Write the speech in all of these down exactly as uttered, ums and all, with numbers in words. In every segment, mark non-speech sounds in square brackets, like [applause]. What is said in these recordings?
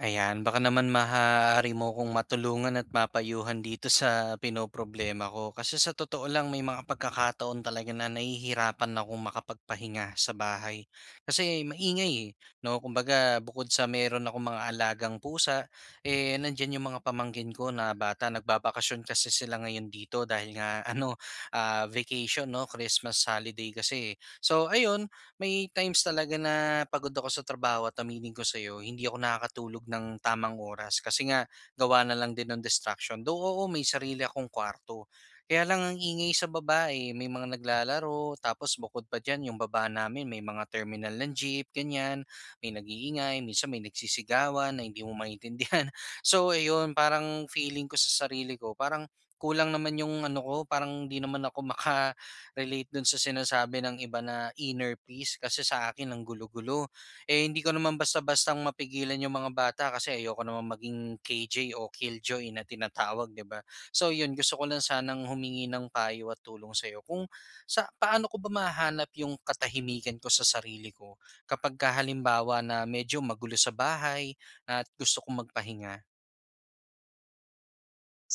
Ayan, baka naman maaari mo akong matulungan at mapayuhan dito sa pinoproblema ko. Kasi sa totoo lang, may mga pagkakataon talaga na nahihirapan akong makapagpahinga sa bahay. Kasi maingay eh. No? Kumbaga, bukod sa meron akong mga alagang pusa, eh, nandyan yung mga pamangkin ko na bata. Nagbabakasyon kasi sila ngayon dito dahil nga, [laughs] ano, ah, vacation, no? Christmas holiday kasi. Eh. So, ayun, may times talaga na pagod ako sa trabaho at aminin ko sa'yo, hindi ako nakakatulog ng tamang oras kasi nga gawa na lang din ng distraction. Though oo, may sarili akong kwarto. Kaya lang ang ingay sa babae, may mga naglalaro, tapos bukod pa dyan yung baba namin, may mga terminal ng jeep, ganyan, may nag-iingay, minsan may nagsisigawan na hindi mo maintindihan. [laughs] So ayun, parang feeling ko sa sarili ko, parang kulang naman yung ano ko, parang hindi naman ako maka relate dun sa sinasabi ng iba na inner peace kasi sa akin ang gulo-gulo. Eh, hindi ko naman basta-bastang mapigilan yung mga bata kasi ayoko naman maging K J o Killjoy na tinatawag, di ba? So yun, gusto ko lang sanang humingi ng payo at tulong sa sa'yo. Kung sa, paano ko ba mahanap yung katahimikan ko sa sarili ko kapag ka halimbawa na medyo magulo sa bahay at gusto kong magpahinga?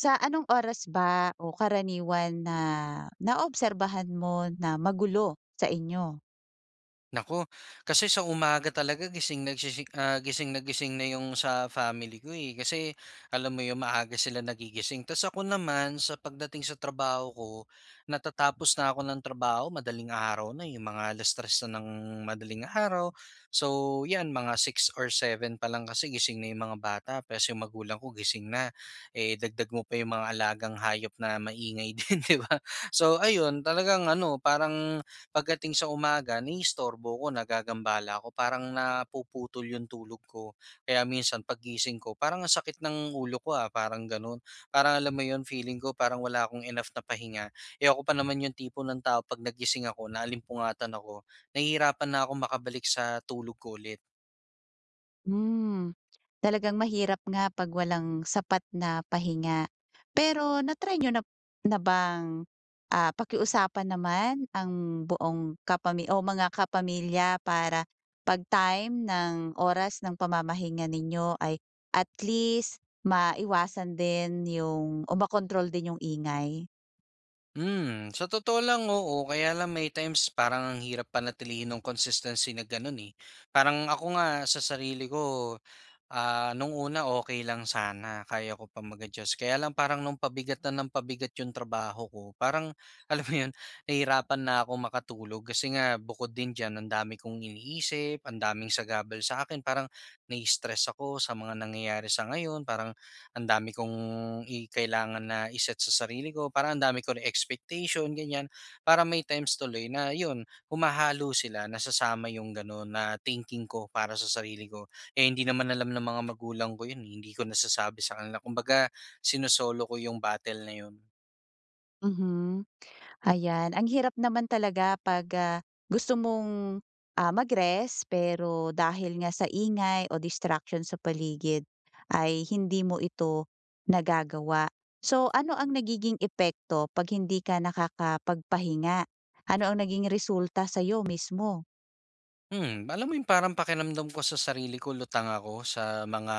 Sa anong oras ba o karaniwan na naobserbahan mo na magulo sa inyo? Nako, kasi sa umaga talaga gising nagsisi ah, gising na gising na yung sa family ko, eh. Kasi alam mo yung maaga sila nagigising. Ta's ako naman sa pagdating sa trabaho ko, natatapos na ako ng trabaho madaling araw na, yung mga alas tres na ng madaling araw. So, 'yan mga six or seven pa lang kasi gising na yung mga bata ta's yung magulang ko gising na. Eh, dagdag mo pa yung mga alagang hayop na maingay [laughs] din, 'di ba? So ayun, talagang ano, parang pagdating sa umaga naiistorbo ko, nagagambala ako, parang napuputol yung tulog ko. Kaya minsan paggising ko parang ang sakit ng ulo ko, ah, parang gano'n. Parang alam mo 'yun, feeling ko parang wala akong enough na pahinga. E ako pa naman yung tipo ng tao 'pag nagising ako, naalimpungatan ako, nahihirapan na akong makabalik sa tulog ko ulit. Hmm, talagang mahirap nga 'pag walang sapat na pahinga. Pero na-try niyo na na bang, ah, pakiusapan naman ang buong kapami o mga kapamilya para 'pag time ng oras ng pamamahinga ninyo ay at least maiwasan din yung o makontrol din yung ingay? Hmm, sa totoo lang, oo. Kaya lang may times parang ang hirap panatilihin ng consistency na gano'n, eh. Parang ako nga sa sarili ko. Ah, nung una okay lang sana, kaya ko pa mag-adjust. Kaya lang parang nung pabigat na ng pabigat yung trabaho ko, parang [laughs] alam mo yun, nahirapan na ako makatulog kasi nga bukod din diyan ang dami kong iniisip, ang daming sagabal sa'kin, parang nai-stress ako sa mga nangyayari sa ngayon, parang ang dami kong i kailangan na iset sa sarili ko, parang ang dami ko ring expectation, ganyan. Parang may times tuloy na yun, humahalo sila, nasasama yung gano'n na thinking ko para sa sarili ko. Eh, hindi naman alam ng mga magulang ko yun, eh, hindi ko nasasabi sa kanila kumbaga sino-solo ko yung battle na yun. Mhm. Ayan, ang hirap naman talaga 'pag, ah, gusto mong, ah, mag-rest pero dahil nga sa ingay o distraction sa paligid ay hindi mo ito nagagawa. So, ano ang nagiging epekto 'pag hindi ka nakakapagpahinga? Ano ang naging resulta sa sa'yo mismo? Hmm, alam mo yung parang pakiramdam ko sa sarili ko lutang ako sa mga,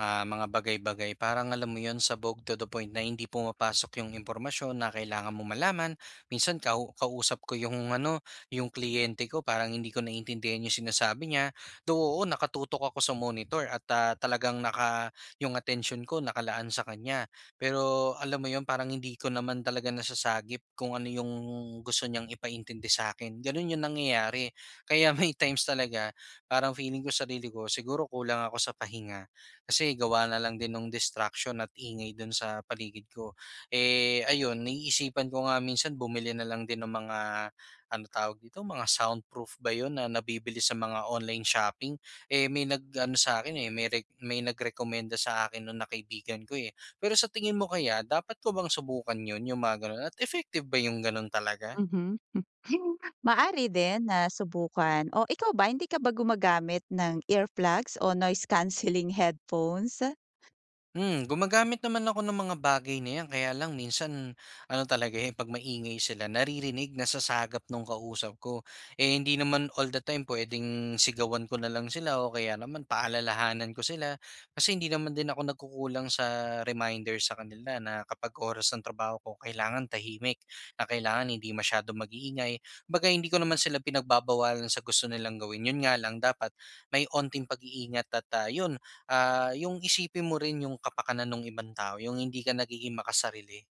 ah, mga bagay-bagay. Parang alam mo yun, sabog to the point na hindi pumapasok yung impormasyon na kailangan mo malaman. Minsan kau kausap ko yung ano, yung kliyente ko parang hindi ko naintindihan yung sinasabi niya. Though oo, nakatutok ako sa monitor at, ah, talagang naka yung attention ko nakalaan sa kanya. Pero alam mo yun, parang hindi ko naman talaga nasasagip kung ano yung gusto niyang ipaintindi sa'kin. Ganun yung nangyayari. Kaya may times talaga parang feeling ko sarili ko siguro kulang ako sa pahinga kasi gawa na lang din ng distraction at ingay dun sa paligid ko. Eh ayun, naiisipan ko nga minsan bumili na lang din ng mga ano tawag dito, mga soundproof ba 'yon na nabibili sa mga online shopping. Eh may nag ano sa akin eh, may rec- may nagrekomenda sa akin nung nakaibigan ko eh. Pero sa tingin mo kaya dapat ko bang subukan 'yon, yung mga ganun? At effective ba yung ganun talaga? Mhm. [laughs] Maaari din na subukan o ikaw ba hindi ka ba gumagamit ng earplugs o noise cancelling [laughs] headphones? Hmm, gumagamit naman ako ng mga bagay na 'yan kaya lang minsan ano talaga, eh, 'pag maingay sila naririnig, nasasagap nung kausap ko. Eh, hindi naman all the time puwedeng sigawan ko na lang sila o kaya naman paalalahanan ko sila. Kasi hindi naman din ako nagkukulang sa reminder sa kanila na kapag oras ng trabaho ko kailangan tahimik, na kailangan hindi masyadong mag-iingay. Kumbaga hindi ko naman sila pinagbabawalan sa gusto nilang gawin, 'yun nga lang dapat may onting pag-iingat at, ah, 'yun. Ah, yung isipin mo rin yung kapakanan ng ibang tao, yung hindi ka nagiging makasarili.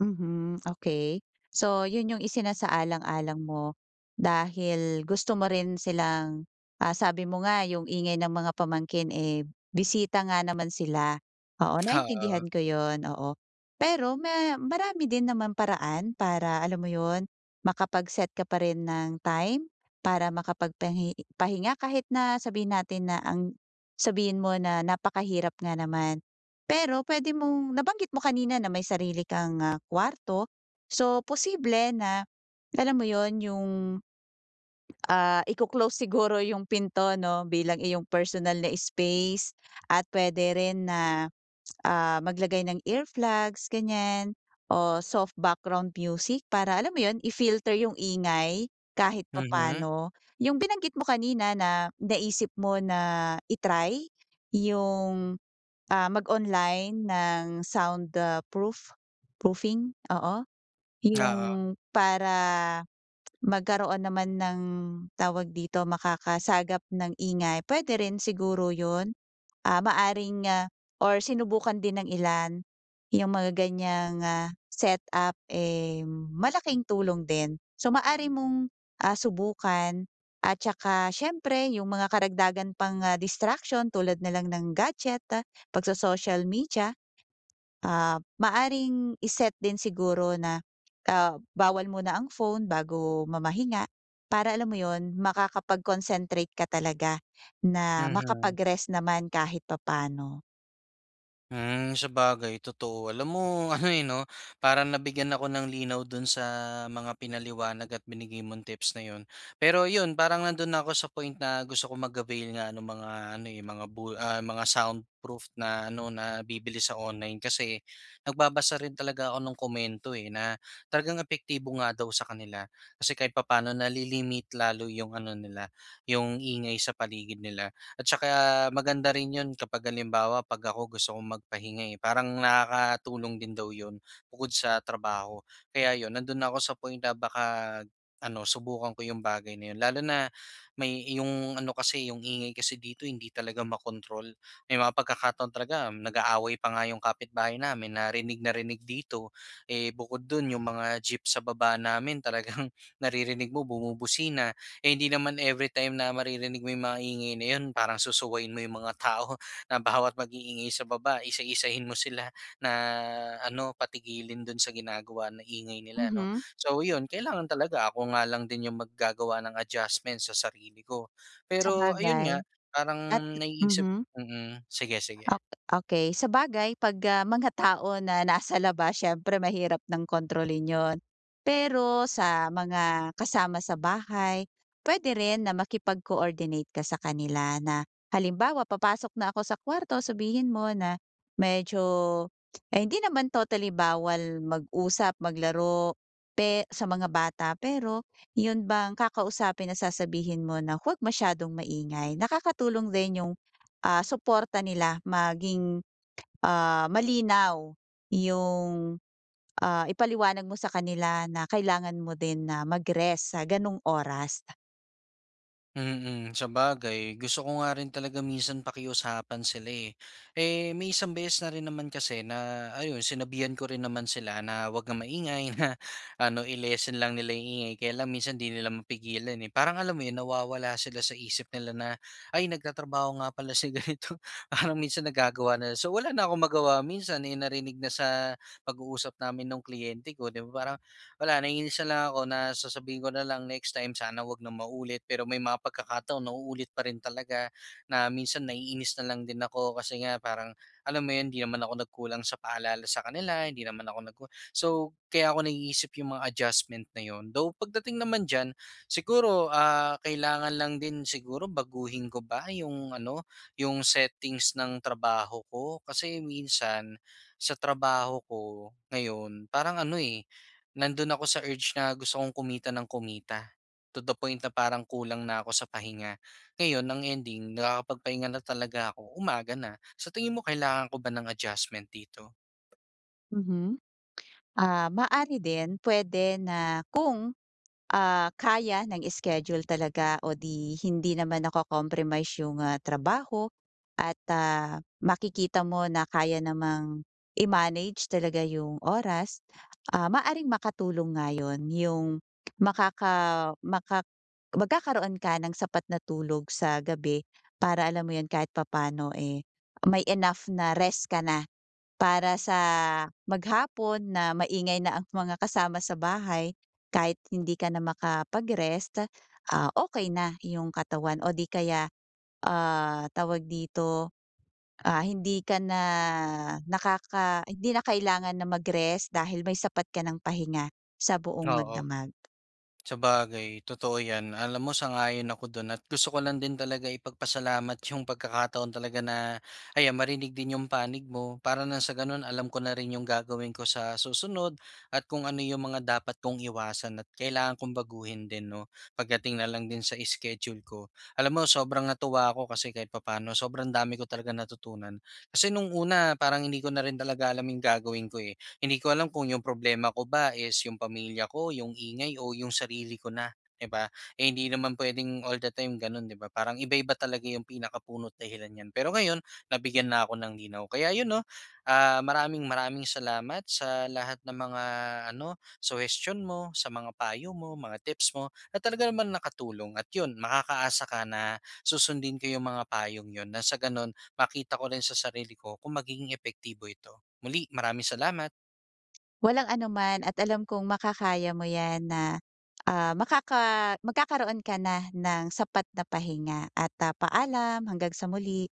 Mhm, okay. So, yun yung isinasaalang-alang mo dahil gusto mo rin silang, ah, sabi mo nga yung ingay ng mga pamangkin, eh, bisita nga naman sila. Oo, Oo, naintindihan ko yun, oo. Pero ma marami din naman paraan para alam mo yun, makapag-set ka pa rin ng time para makapagpahi pahinga kahit na sabihin natin na ang sabihin mo na napakahirap nga naman. Pero pwede mong nabanggit mo kanina na may sarili kang, ah, kuwarto. So, posible na alam mo 'yun, yung, ah, iko-close [laughs] siguro yung pinto 'no, bilang iyong personal na space at puwede rin na, ah, maglagay ng earplugs ganiyan o soft background music para alam mo 'yun, i-filter yung ingay kahit mhm, papaano. Yung binanggit mo kanina na naisip mo na i yung, ah, mag-online ng sound, ah, proof proofing, oo. oo, Yung para magkaroon naman ng tawag dito, makakasagap ng ingay, puwede rin siguro 'yun ah, maaaring, ah, or sinubukan din ng ilan yung mga ganiyang, ah, setup, eh, malaking tulong din. So, maari mong, ah, subukan at saka siyempre yung mga karagdagan pang, ah, distraction tulad na lang ng gadget, ah, pagso-social media. Ah, maaaring i din siguro na, ah, bawal muna ang phone bago mamahinga para alam mo yon makakapag-concentrate ka talaga na mhm. makapag-rest naman kahit papaano. Hmm, bagay totoo. Alam mo [laughs] ano, eh, 'no, parang nabigyan ako ng linaw dun sa mga pinaliwanag at binigay mong tips na yun. Pero yun, parang nandun na ako sa point na gusto ko mag-avail nga ng mga ano, eh, mga bu ah, mga soundproof na ano, na bibili sa online kasi nagbabasa rin talaga ako ng komento, eh, na talagang epektibo nga daw sa kanila. Kasi kahit papano nali-limit lalo yung ano nila, yung ingay sa paligid nila. At saka maganda rin 'yun kapag halimbawa 'pag ako gusto kong magpahinga, eh, parang nakakatulong din daw 'yun bukod sa trabaho. Kaya 'yun, nandun ako sa point na baka ano, subukan ko 'yung bagay na 'yun. Lalo na may 'yung ano kasi, 'yung ingay kasi dito hindi talaga makontrol. May mga pagkakataon talaga nag-aaway pa nga 'yung kapitbahay namin, narinig na rinig dito. Eh, bukod dun 'yung mga jeep sa baba namin talagang [laughs] naririnig mo bumubusina. Eh, hindi naman every time na maririnig mo yung mga ingay na yun, parang susuwain mo yung mga tao [laughs] na bawat mag-iingay sa baba, isa-isahin mo sila na ano, patigilin dun sa ginagawa na ingay nila, no? Mhm. So, yun, kailangan talaga ako nga lang din yung maggagawa ng adjustment sa sarili ko. Sa Pero, ayun bagay nga, parang at naiisip. mhm. Mm, mm, sige, sige. Ok Okay. Sa bagay 'pag, ah, mga tao na nasa labas siyempre mahirap ng kontrolin 'yun. Pero sa mga kasama sa bahay, pwede rin na makipag-coordinate ka sa kanila na halimbawa papasok na ako sa kwarto sabihin mo na medyo, eh, hindi naman totally bawal mag-usap, maglaro, pe sa mga bata pero 'yun bang kakausapin na sasabihin mo na huwag masyadong maingay, nakakatulong din 'yung ah, suporta nila maging, ah, malinaw yung, ah, ipaliwanag mo sa kanila na kailangan mo din na mag-rest sa gano'ng oras. Mm, sabagay. Gusto ko nga rin talaga minsan pakiusapan sila eh. Eh, may isang beses na rin naman kasi na ayun, sinabihan ko rin naman sila na wag na maingay [laughs] na ano, i-lessen lang nila yung ingay. Kaya lang minsan di nila mapigilan eh. Parang alam mo yun, nawawala sila sa isip nila na ay, nagtatrabaho nga pala si ganito. [laughs] Parang minsan nagagawa na. So wala na akong magawa minsan eh, narinig na sa pag-uusap namin ng kliyente ko, 'di ba? Parang wala, naiinis na lang ako na sasabihin ko na lang next time sana wag na maulit, pero may mga pagkakataon nauulit pa rin talaga na minsan naiinis na lang din ako kasi nga parang alam mo yun, hindi naman ako nagkulang sa paalala sa kanila, hindi naman ako nag so kaya ako naiisip yung mga adjustment na yun. Though pagdating naman diyan siguro ah, kailangan lang din siguro baguhin ko ba yung ano, yung settings ng trabaho ko kasi minsan sa trabaho ko ngayon parang ano eh. Nandun ako sa urge na gusto kong kumita ng kumita. To the point na parang kulang na ako sa pahinga. Ngayon, ang ending, nakakapagpahinga na talaga ako. Umaga na. Sa tingin mo, kailangan ko ba ng adjustment dito? Mhm. Ah, maaari din pwede na kung ah, kaya ng schedule talaga o di hindi naman nako-compromise yung, ah, trabaho at, ah, makikita mo na kaya namang i-manage talaga yung oras, ah, maaaring makatulong nga yun yung makaka maka magkakaroon ka ng sapat na tulog sa gabi para alam mo yun kahit papaano, eh, may enough na rest ka na. Para sa maghapon na maingay na ang mga kasama sa bahay, kahit hindi ka na makapag-rest, ah, okey na yung katawan o di kaya, ah, tawag dito, ah, hindi ka na nakaka hindi na kailangan na mag-rest dahil may sapat ka ng pahinga sa buong Oo. magdamag. Sabagay, totoo 'yan. Alam mo, sang-ayon ako do'n at gusto ko lang din talaga ipagpasalamat [laughs] yung pagkakataon talaga na ayan, marinig din yung panig mo para na sa gano'n alam ko na rin yung gagawin ko sa susunod at kung ano yung mga dapat kong iwasan at kailangan kong baguhin din 'no, pagdating na lang din sa schedule ko. Alam mo, sobrang natuwa ako kasi kahit papaano sobrang dami ko talagang natutunan. Kasi nung una parang hindi ko na rin talaga alam yung gagawin ko, eh. Hindi ko alam kung yung problema ko ba is yung pamilya ko, yung ingay, o yung sarili ko na, 'di ba? Eh, hindi naman pwedeng all the time gano'n, 'di ba? Parang iba-iba talaga yung pinakapunot dahilan niyan. Pero ngayon, nabigyan na ako ng linaw. Kaya yun 'no, ah, maraming maraming salamat sa lahat ng mga ano, suhestiyon mo, sa mga payo mo, mga tips mo na talaga naman nakatulong at yun, makakaasa ka na susundin ko yung mga payong yun na sa gano'n makita ko rin sa sarili ko kung magiging epektibo ito. Muli, maraming salamat. Walang anuman at alam kong makakaya mo 'yan na, ah, makaka magkakaroon ka na ng sapat na pahinga at, ah, paalam hanggang sa muli.